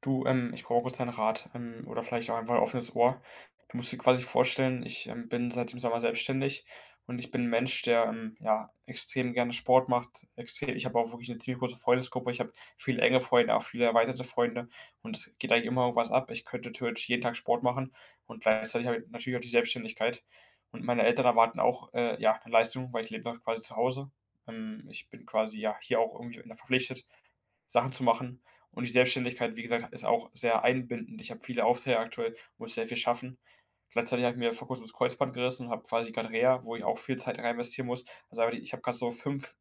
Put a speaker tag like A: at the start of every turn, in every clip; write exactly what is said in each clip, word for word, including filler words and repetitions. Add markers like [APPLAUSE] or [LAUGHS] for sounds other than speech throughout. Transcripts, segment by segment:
A: Du, ähm, ich brauche kurz deinen Rat, ähm, oder vielleicht auch einfach 'n offenes Ohr. Du musst dir quasi vorstellen, ich, ähm, bin seit dem Sommer selbstständig und ich bin ein Mensch, der, ähm, ja, extrem gerne Sport macht. Extrem Ich habe auch wirklich eine ziemlich große Freundesgruppe. Ich habe viele enge Freunde, auch viele erweiterte Freunde und es geht eigentlich immer irgendwas ab. Ich könnte theoretisch jeden Tag Sport machen und gleichzeitig habe ich natürlich auch die Selbstständigkeit. Und meine Eltern erwarten auch, äh, ja, eine Leistung, weil ich lebe noch quasi zu Hause. Ähm, ich bin quasi, ja, hier auch irgendwie, ne, verpflichtet Sachen zu machen. Und die Selbstständigkeit, wie gesagt, ist auch sehr einbindend. Ich habe viele Aufträge aktuell, muss sehr viel schaffen. Gleichzeitig habe ich mir vor kurzem das Kreuzband gerissen und habe quasi gerade Reha, wo ich auch viel Zeit rein investieren muss. Also, aber die- ich habe gerade so fünf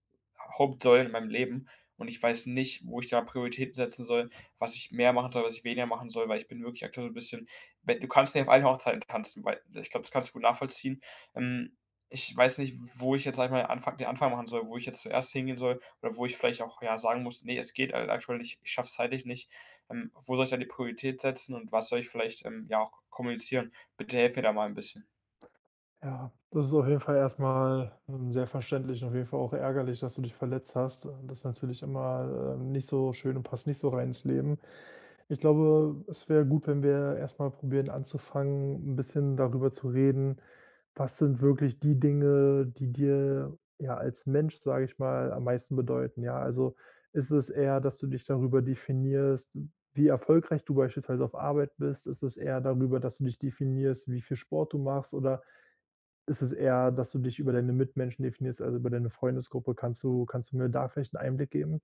A: Hauptsäulen in meinem Leben, und ich weiß nicht, wo ich da Prioritäten setzen soll, was ich mehr machen soll, was ich weniger machen soll, weil ich bin wirklich aktuell so ein bisschen, wenn du kannst nicht auf allen Hochzeiten tanzen, weil ich glaube, das kannst du gut nachvollziehen. Ähm, Ich weiß nicht, wo ich jetzt, sage ich mal, Anfang den Anfang machen soll, wo ich jetzt zuerst hingehen soll oder wo ich vielleicht auch, ja, sagen muss: „Nee, es geht halt aktuell nicht, ich schaffe zeitlich nicht." Ähm, wo soll ich da die Priorität setzen und was soll ich vielleicht, ähm, ja, auch kommunizieren? Bitte helf mir da mal ein bisschen.
B: Ja, das ist auf jeden Fall erstmal, ähm, sehr verständlich und auf jeden Fall auch ärgerlich, dass du dich verletzt hast. Das ist natürlich immer, ähm, nicht so schön und passt nicht so rein ins Leben. Ich glaube, es wäre gut, wenn wir erstmal probieren anzufangen, ein bisschen darüber zu reden, was sind wirklich die Dinge, die dir, ja, als Mensch, sage ich mal, am meisten bedeuten, ja? Also, ist es eher, dass du dich darüber definierst, wie erfolgreich du beispielsweise auf Arbeit bist? Ist es eher darüber, dass du dich definierst, wie viel Sport du machst? Oder ist es eher, dass du dich über deine Mitmenschen definierst, also über deine Freundesgruppe? Kannst du kannst du mir da vielleicht einen Einblick geben?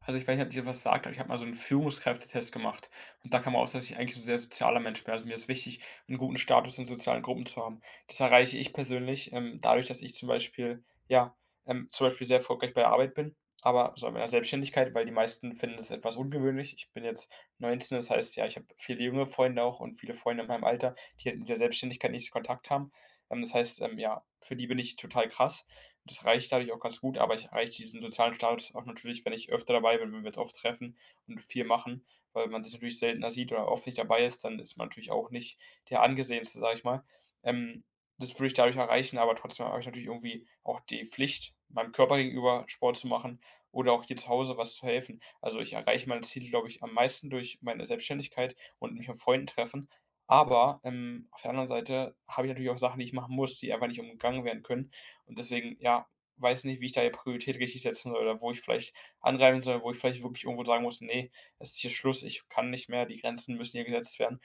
A: Also, ich weiß nicht, ob dir was sagt, aber ich habe mal so 'n Führungskräftetest gemacht und da kam raus, dass ich eigentlich 'n sehr sozialer Mensch bin. Also, mir ist wichtig, einen guten Status in sozialen Gruppen zu haben. Das erreiche ich persönlich, ähm, dadurch, dass ich zum Beispiel ja, ähm, zum Beispiel sehr erfolgreich bei der Arbeit bin, aber so in meiner Selbstständigkeit, weil die meisten finden das etwas ungewöhnlich. Ich bin jetzt neunzehn, das heißt, ja, ich habe viele junge Freunde auch und viele Freunde in meinem Alter, die halt mit der Selbstständigkeit nicht so Kontakt haben. Ähm, das heißt, ähm, ja, für die bin ich total krass. Das reicht dadurch auch ganz gut, aber ich erreiche diesen sozialen Status auch natürlich, wenn ich öfter dabei bin, wenn wir uns oft treffen und viel machen, weil man sich natürlich seltener sieht oder oft nicht dabei ist, dann ist man natürlich auch nicht der Angesehenste, sage ich mal. Ähm, Das würde ich dadurch erreichen, aber trotzdem habe ich natürlich irgendwie auch die Pflicht, meinem Körper gegenüber Sport zu machen oder auch hier zu Hause was zu helfen. Also ich erreiche meine Ziele, glaube ich, am meisten durch meine Selbstständigkeit und mich mit Freunden treffen. Aber ähm, auf der anderen Seite habe ich natürlich auch Sachen, die ich machen muss, die einfach nicht umgangen werden können. Und deswegen, ja, weiß nicht, wie ich da die Priorität richtig setzen soll oder wo ich vielleicht angreifen soll, wo ich vielleicht wirklich irgendwo sagen muss: „Nee, es ist hier Schluss, ich kann nicht mehr, die Grenzen müssen hier gesetzt werden."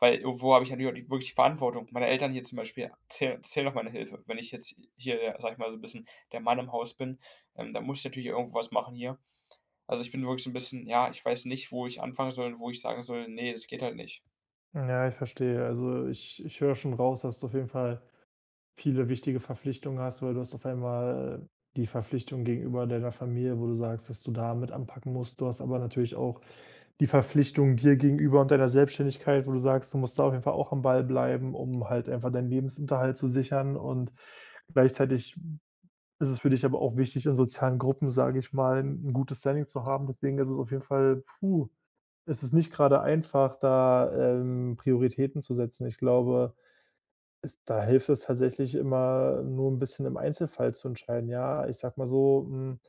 A: Weil irgendwo habe ich natürlich auch die wirklich die Verantwortung. Meine Eltern hier zum Beispiel zählen zählen auf meine Hilfe. Wenn ich jetzt hier der sage ich mal, so ein bisschen der Mann im Haus bin, ähm, dann muss ich natürlich irgendwo was machen hier. Also, ich bin wirklich so ein bisschen ja, ich weiß nicht, wo ich anfangen soll und wo ich sagen soll: „Nee, das geht halt nicht."
B: Ja, ich verstehe. Also, ich ich höre schon raus, dass du auf jeden Fall viele wichtige Verpflichtungen hast, weil du hast auf einmal äh, die Verpflichtung gegenüber deiner Familie, wo du sagst, dass du da mit anpacken musst. Du hast aber natürlich auch die Verpflichtung dir gegenüber und deiner Selbstständigkeit, wo du sagst, du musst da auf jeden Fall auch am Ball bleiben, um halt einfach deinen Lebensunterhalt zu sichern und gleichzeitig ist es für dich aber auch wichtig, in sozialen Gruppen, sage ich mal, 'n gutes Standing zu haben. Deswegen ist es auf jeden Fall puh, ist es nicht grade einfach, da, ähm, Prioritäten zu setzen. Ich glaube es da hilft es tatsächlich immer, nur 'n bisschen im Einzelfall zu entscheiden. Ja, ich sage mal so, hm,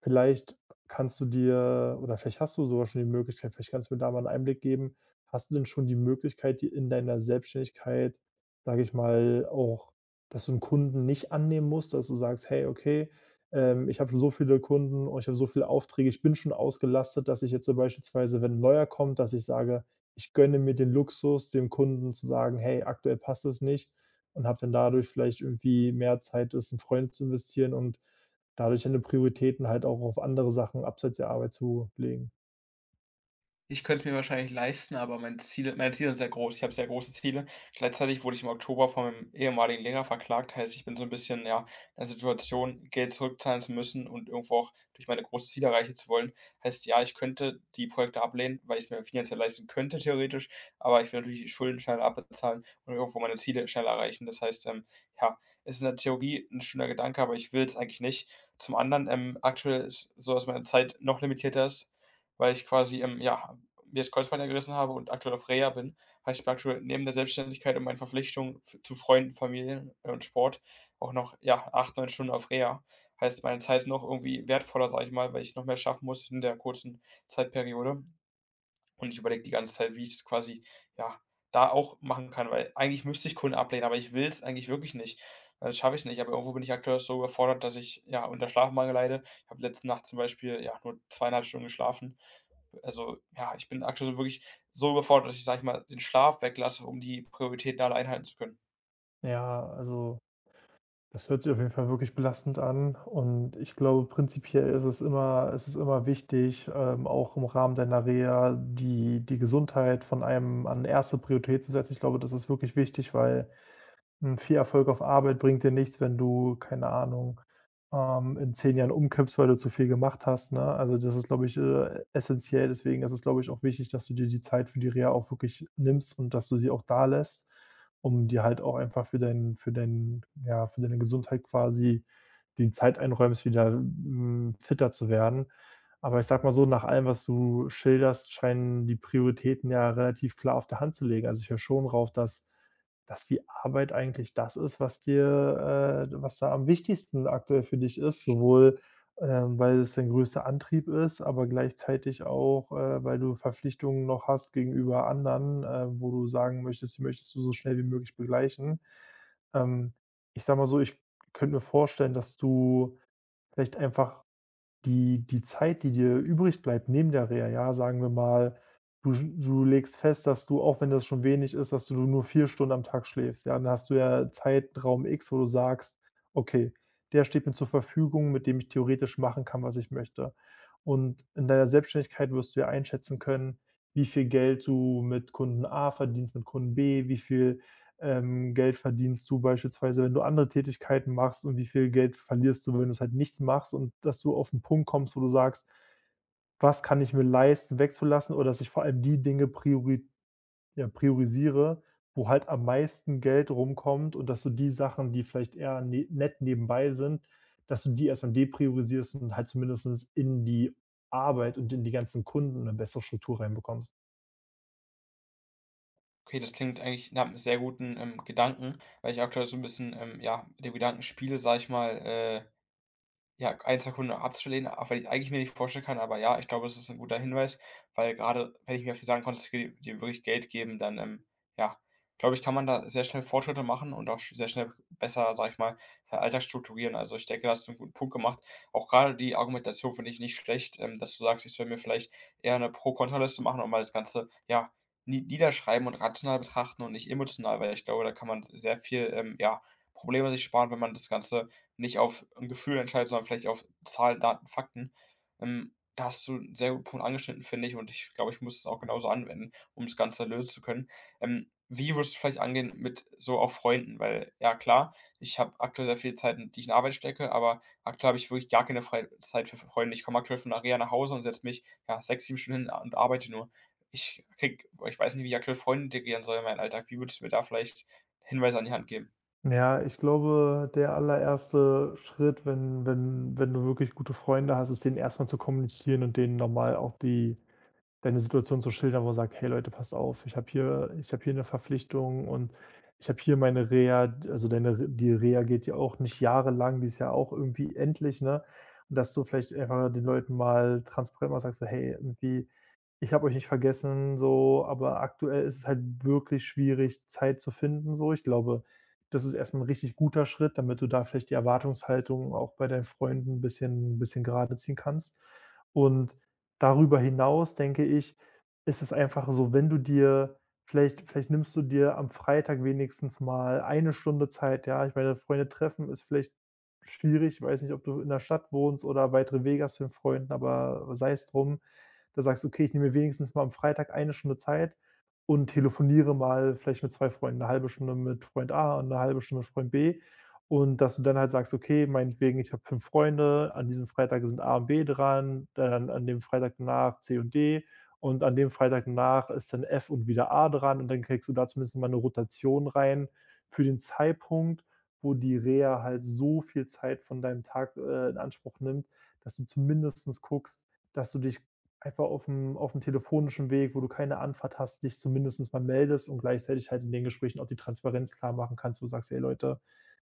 B: vielleicht kannst du dir oder vielleicht hast du sogar schon die Möglichkeit, vielleicht kannst du mir da mal 'n Einblick geben. Hast du denn schon die Möglichkeit, dir in deiner Selbstständigkeit, sage ich mal, auch dass du 'n Kunden nicht annehmen musst, dass du sagst: „Hey, okay, ähm, ich habe schon so viele Kunden und ich habe so viele Aufträge. Ich bin schon ausgelastet, dass ich jetzt so beispielsweise, wenn 'n neuer kommt, dass ich sage, ich gönne mir den Luxus, dem Kunden zu sagen: ‚Hey, aktuell passt es nicht.' und habe dann dadurch vielleicht irgendwie mehr Zeit, das in Freunde zu investieren und dadurch deine Prioritäten halt auch auf andere Sachen abseits der Arbeit zu legen.
A: Ich könnte es mir wahrscheinlich leisten, aber mein Ziele meine Ziele sind sehr groß. Ich habe sehr große Ziele. Gleichzeitig wurde ich im Oktober von meinem ehemaligen Lehrer verklagt, heißt, ich bin so 'n bisschen, ja, in 'ner Situation, Geld zurückzahlen zu müssen und irgendwo auch durch meine großen Ziele erreichen zu wollen. Heißt, ja, ich könnte die Projekte ablehnen, weil ich's mir finanziell leisten könnte theoretisch, aber ich will natürlich die Schulden schneller abbezahlen und irgendwo meine Ziele schneller erreichen. Das heißt, ähm, ja, ist in der Theorie 'n schöner Gedanke, aber ich will's eigentlich nicht. Zum anderen, ähm, aktuell ist so, dass meine Zeit noch limitierter ist, weil ich quasi, ähm, ja, mir das Kreuzband ja gerissen habe und aktuell auf Reha bin, heißt ich bin aktuell neben der Selbstständigkeit und meinen Verpflichtungen f zu Freunden, Familien, äh, und Sport auch noch, ja, acht neun Stunden auf Reha. Heißt, meine Zeit ist noch irgendwie wertvoller, sage ich mal, weil ich noch mehr schaffen muss in der kurzen Zeitperiode. Und ich überlege die ganze Zeit, wie ich es quasi, ja, da auch machen kann, weil eigentlich müsste ich Kunden ablehnen, aber ich will es eigentlich wirklich nicht. Also, das schaffe ich nicht, aber irgendwo bin ich aktuell so überfordert, dass ich, ja, unter Schlafmangel leide. Ich habe letzte Nacht zum Beispiel, ja, nur zweieinhalb Stunden geschlafen, also, ja, ich bin aktuell so wirklich so überfordert, dass ich, sage ich mal, den Schlaf weglasse, um die Prioritäten alle einhalten zu können.
B: Ja, also das hört sich auf jeden Fall wirklich belastend an. Und ich glaube, prinzipiell ist es immer, ist es immer wichtig, ähm, auch im Rahmen deiner Reha die, die Gesundheit von einem an erste Priorität zu setzen. Ich glaube, das ist wirklich wichtig, weil Hm, viel Erfolg auf Arbeit bringt dir nichts, wenn du, keine Ahnung, ähm, in zehn Jahren umkippst, weil du zu viel gemacht hast, ne? Also, das ist, glaube ich, äh, essenziell. Deswegen ist es, glaube ich, auch wichtig, dass du dir die Zeit für die Reha auch wirklich nimmst und dass du sie auch da lässt, um dir halt auch einfach für dein für dein ja, für deine Gesundheit quasi die Zeit einräumst, wieder, hm, fitter zu werden. Aber ich sage mal so, nach allem, was du schilderst, scheinen die Prioritäten ja relativ klar auf der Hand zu liegen. Also, ich höre schon rauf, dass dass die Arbeit eigentlich das ist, was dir äh, was da am wichtigsten aktuell für dich ist, sowohl, ähm, weil es dein größter Antrieb ist, aber gleichzeitig auch, äh, weil du Verpflichtungen noch hast gegenüber anderen, äh, wo du sagen möchtest, die möchtest du so schnell wie möglich begleichen. Ähm, ich sage mal so, ich könnte mir vorstellen, dass du vielleicht einfach die die Zeit, die dir übrig bleibt neben der Reha, ja, sagen wir mal, du sch du legst fest, dass du, auch wenn das schon wenig ist, dass du nur vier Stunden am Tag schläfst, ja? Dann hast du ja Zeitraum X, wo du sagst: „Okay, der steht mir zur Verfügung, mit dem ich theoretisch machen kann, was ich möchte.“ Und in deiner Selbstständigkeit wirst du ja einschätzen können, wie viel Geld du mit Kunden A verdienst, mit Kunden B, wie viel ähm, Geld verdienst du beispielsweise, wenn du andere Tätigkeiten machst und wie viel Geld verlierst du, wenn du es halt nichts machst und dass du auf 'n Punkt kommst, wo du sagst: „Was kann ich mir leisten, wegzulassen?“ Oder dass ich vor allem die Dinge priori ja, priorisiere, wo halt am meisten Geld rumkommt und dass du die Sachen, die vielleicht eher ne nett nebenbei sind, dass du die erstmal depriorisierst und halt zumindestens in die Arbeit und in die ganzen Kunden eine bessere Struktur reinbekommst.
A: Okay, das klingt eigentlich nach 'nem sehr guten, ähm, Gedanken, weil ich aktuell so ein bisschen, ähm, ja, mit dem Gedanken spiele, sage ich mal, äh ja, einen Tag Hunde abzulehnen, auch wenn ich eigentlich mir nicht vorstellen kann, aber ja, ich glaube, es ist ein guter Hinweis, weil gerade wenn ich mir auf die Sachen konzentriere, die mir wirklich Geld geben, dann, ähm, ja, glaube ich, kann man da sehr schnell Fortschritte machen und auch sch sehr schnell besser, sage ich mal, seinen Alltag strukturieren. Also, ich denke, da hast du 'n guten Punkt gemacht. Auch gerade die Argumentation finde ich nicht schlecht, ähm, dass du sagst, ich soll mir vielleicht eher eine Pro Kontraliste machen und mal das Ganze, ja, nie niederschreiben und rational betrachten und nicht emotional, weil ich glaube, da kann man sehr viel, ähm, ja, Probleme sich sparen, wenn man das Ganze nicht auf ein Gefühl entscheidest, sondern vielleicht auf Zahlen, Daten, Fakten. Ähm, da hast du 'n sehr guten Punkt angeschnitten, finde ich, und ich glaube, ich muss es auch genauso anwenden, um das Ganze lösen zu können. Ähm, wie würdest du vielleicht angehen mit so auch Freunden? Weil, ja klar, ich habe aktuell sehr viel Zeit, die ich in Arbeit stecke, aber aktuell habe ich wirklich gar keine freie Zeit für Freunde. Ich komme aktuell von der Reha nach Hause und setze mich, ja, sechs, sieben Stunden hin und arbeite nur. Ich kriege ich weiß nicht, wie ich aktuell Freunde integrieren soll in meinen Alltag. Wie würdest du mir da vielleicht Hinweise an die Hand geben?
B: Ja, ich glaube, der allererste Schritt, wenn wenn wenn du wirklich gute Freunde hast, ist, denen erstmal zu kommunizieren und denen normal auch die deine Situation zu schildern, wo du sagst: „Hey Leute, passt auf, ich habe hier ich habe hier eine Verpflichtung und ich habe hier meine Reha.“ Also, deine Re die Reha geht ja auch nicht jahrelang, die ist ja auch irgendwie endlich, ne? Und dass du vielleicht einfach den Leuten mal transparent mal sagst so: „Hey, irgendwie ich habe euch nicht vergessen, so, aber aktuell ist es halt wirklich schwierig, Zeit zu finden, so. Ich glaube, das ist erst mal 'n richtig guter Schritt, damit du da vielleicht die Erwartungshaltung auch bei deinen Freunden 'n bisschen bisschen gerade ziehen kannst. Und darüber hinaus denke ich, ist es einfach so, wenn du dir vielleicht vielleicht nimmst du dir am Freitag wenigstens mal eine Stunde Zeit, ja? Ich meine, Freunde treffen ist vielleicht schwierig. Ich weiß nicht, ob du in der Stadt wohnst oder weitere Wege hast zu den Freunden, aber sei es drum, da sagst du: „Okay, ich nehme mir wenigstens mal am Freitag eine Stunde Zeit und telefoniere mal vielleicht mit zwei Freunden, eine halbe Stunde mit Freund A und eine halbe Stunde mit Freund B.“ Und dass du dann halt sagst: „Okay, meinetwegen, ich habe fünf Freunde, an diesem Freitag sind A und B dran, dann an dem Freitag danach C und D und an dem Freitag danach ist dann F und wieder A dran.“ Und dann kriegst du da zumindest mal eine Rotation rein für den Zeitpunkt, wo die Reha halt so viel Zeit von deinem Tag, äh, in Anspruch nimmt, dass du zumindestens guckst, dass du dich einfach auf dem auf dem telefonischen Weg, wo du keine Anfahrt hast, dich zumindest mal meldest und gleichzeitig halt in den Gesprächen auch die Transparenz klar machen kannst, wo du sagst: „Hey Leute,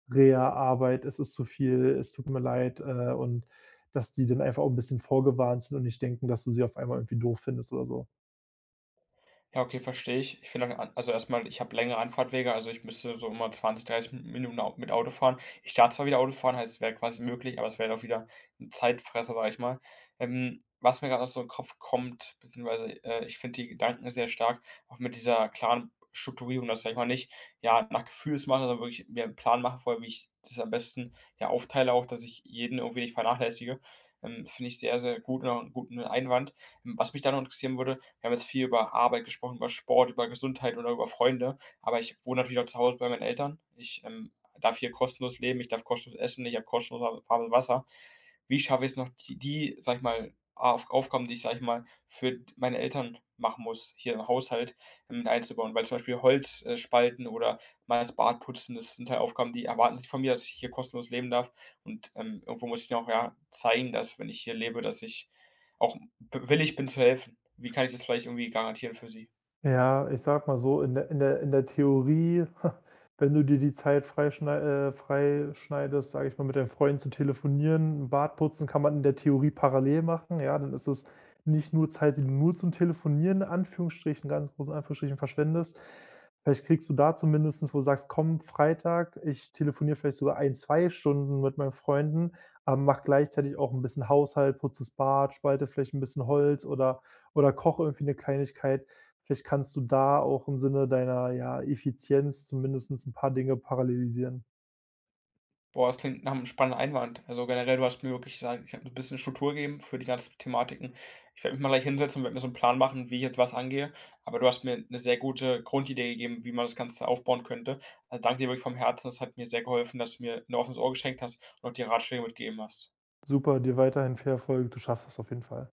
B: Reha-Arbeit, es ist zu viel, es tut mir leid“, äh, und dass die dann einfach auch ein bisschen vorgewarnt sind und nicht denken, dass du sie auf einmal irgendwie doof findest oder so.
A: Ja, okay, verstehe ich. Ich finde, an also erstmal, ich habe längere Anfahrtwege, also ich müsste so immer zwanzig dreißig Minuten au mit Auto fahren. Ich darf zwar wieder Auto fahren, heißt, es wäre quasi möglich, aber es wäre auch wieder 'n Zeitfresser, sage ich mal. Ähm, was mir gerade noch so in Kopf kommt, beziehungsweise, äh, ich finde die Gedanken sehr stark, auch mit dieser klaren Strukturierung, dass ich, sage ich mal, nicht, ja, nach Gefühls mache, sondern wirklich mir einen Plan mache vorher, wie ich das am besten, ja, aufteile auch, dass ich jeden irgendwie nicht vernachlässige. Ähm, finde ich sehr, sehr gut und auch 'n guten Einwand. Hm, was mich da noch interessieren würde, wir haben jetzt viel über Arbeit gesprochen, über Sport, über Gesundheit oder über Freunde, aber ich wohne natürlich auch zu Hause bei meinen Eltern. Ich, ähm, darf hier kostenlos leben, ich darf kostenlos essen, ich habe kostenlos warmes Wasser. Wie schaffe ich es noch, die die, sage ich mal, Auf Aufgaben, die ich, sage ich mal, für d meine Eltern machen muss, hier im Haushalt, ähm, mit einzubauen? Weil zum Beispiel Holz, äh, spalten oder mal das Bad putzen, das sind halt Aufgaben, die erwarten sich von mir, dass ich hier kostenlos leben darf und, ähm, irgendwo muss ich denen auch, ja, zeigen, dass, wenn ich hier lebe, dass ich auch b willig bin zu helfen. Wie kann ich das vielleicht irgendwie garantieren für sie?
B: Ja, ich sag mal so, in der in der in der Theorie, [LAUGHS] wenn du dir die Zeit freischnei äh, freischneidest, sage ich mal, mit deinen Freunden zu telefonieren, Bart putzen kann man in der Theorie parallel machen, ja, dann ist es nicht nur Zeit, die du nur zum Telefonieren in Anführungsstrichen, ganz großen Anführungsstrichen verschwendest. Vielleicht kriegst du da zumindestens, wo du sagst: „Komm, Freitag, ich telefoniere vielleicht sogar ein zwei Stunden mit meinen Freunden, aber mache gleichzeitig auch ein bisschen Haushalt, putze das Bad, spalte vielleicht ein bisschen Holz oder oder koche irgendwie eine Kleinigkeit.“ Vielleicht kannst du da auch im Sinne deiner, ja, Effizienz zumindest ein paar Dinge parallelisieren.
A: Boah, das klingt nach einem spannenden Einwand. Also, generell, du hast mir wirklich gesagt, ich habe 'n bisschen Struktur gegeben für die ganzen Thematiken. Ich werde mich mal gleich hinsetzen und werde mir so einen Plan machen, wie ich jetzt was angehe. Aber du hast mir eine sehr gute Grundidee gegeben, wie man das Ganze aufbauen könnte. Also, danke dir wirklich vom Herzen. Das hat mir sehr geholfen, dass du mir ein offenes Ohr geschenkt hast und auch die Ratschläge mitgegeben hast.
B: Super, dir weiterhin viel Erfolg. Du schaffst das auf jeden Fall.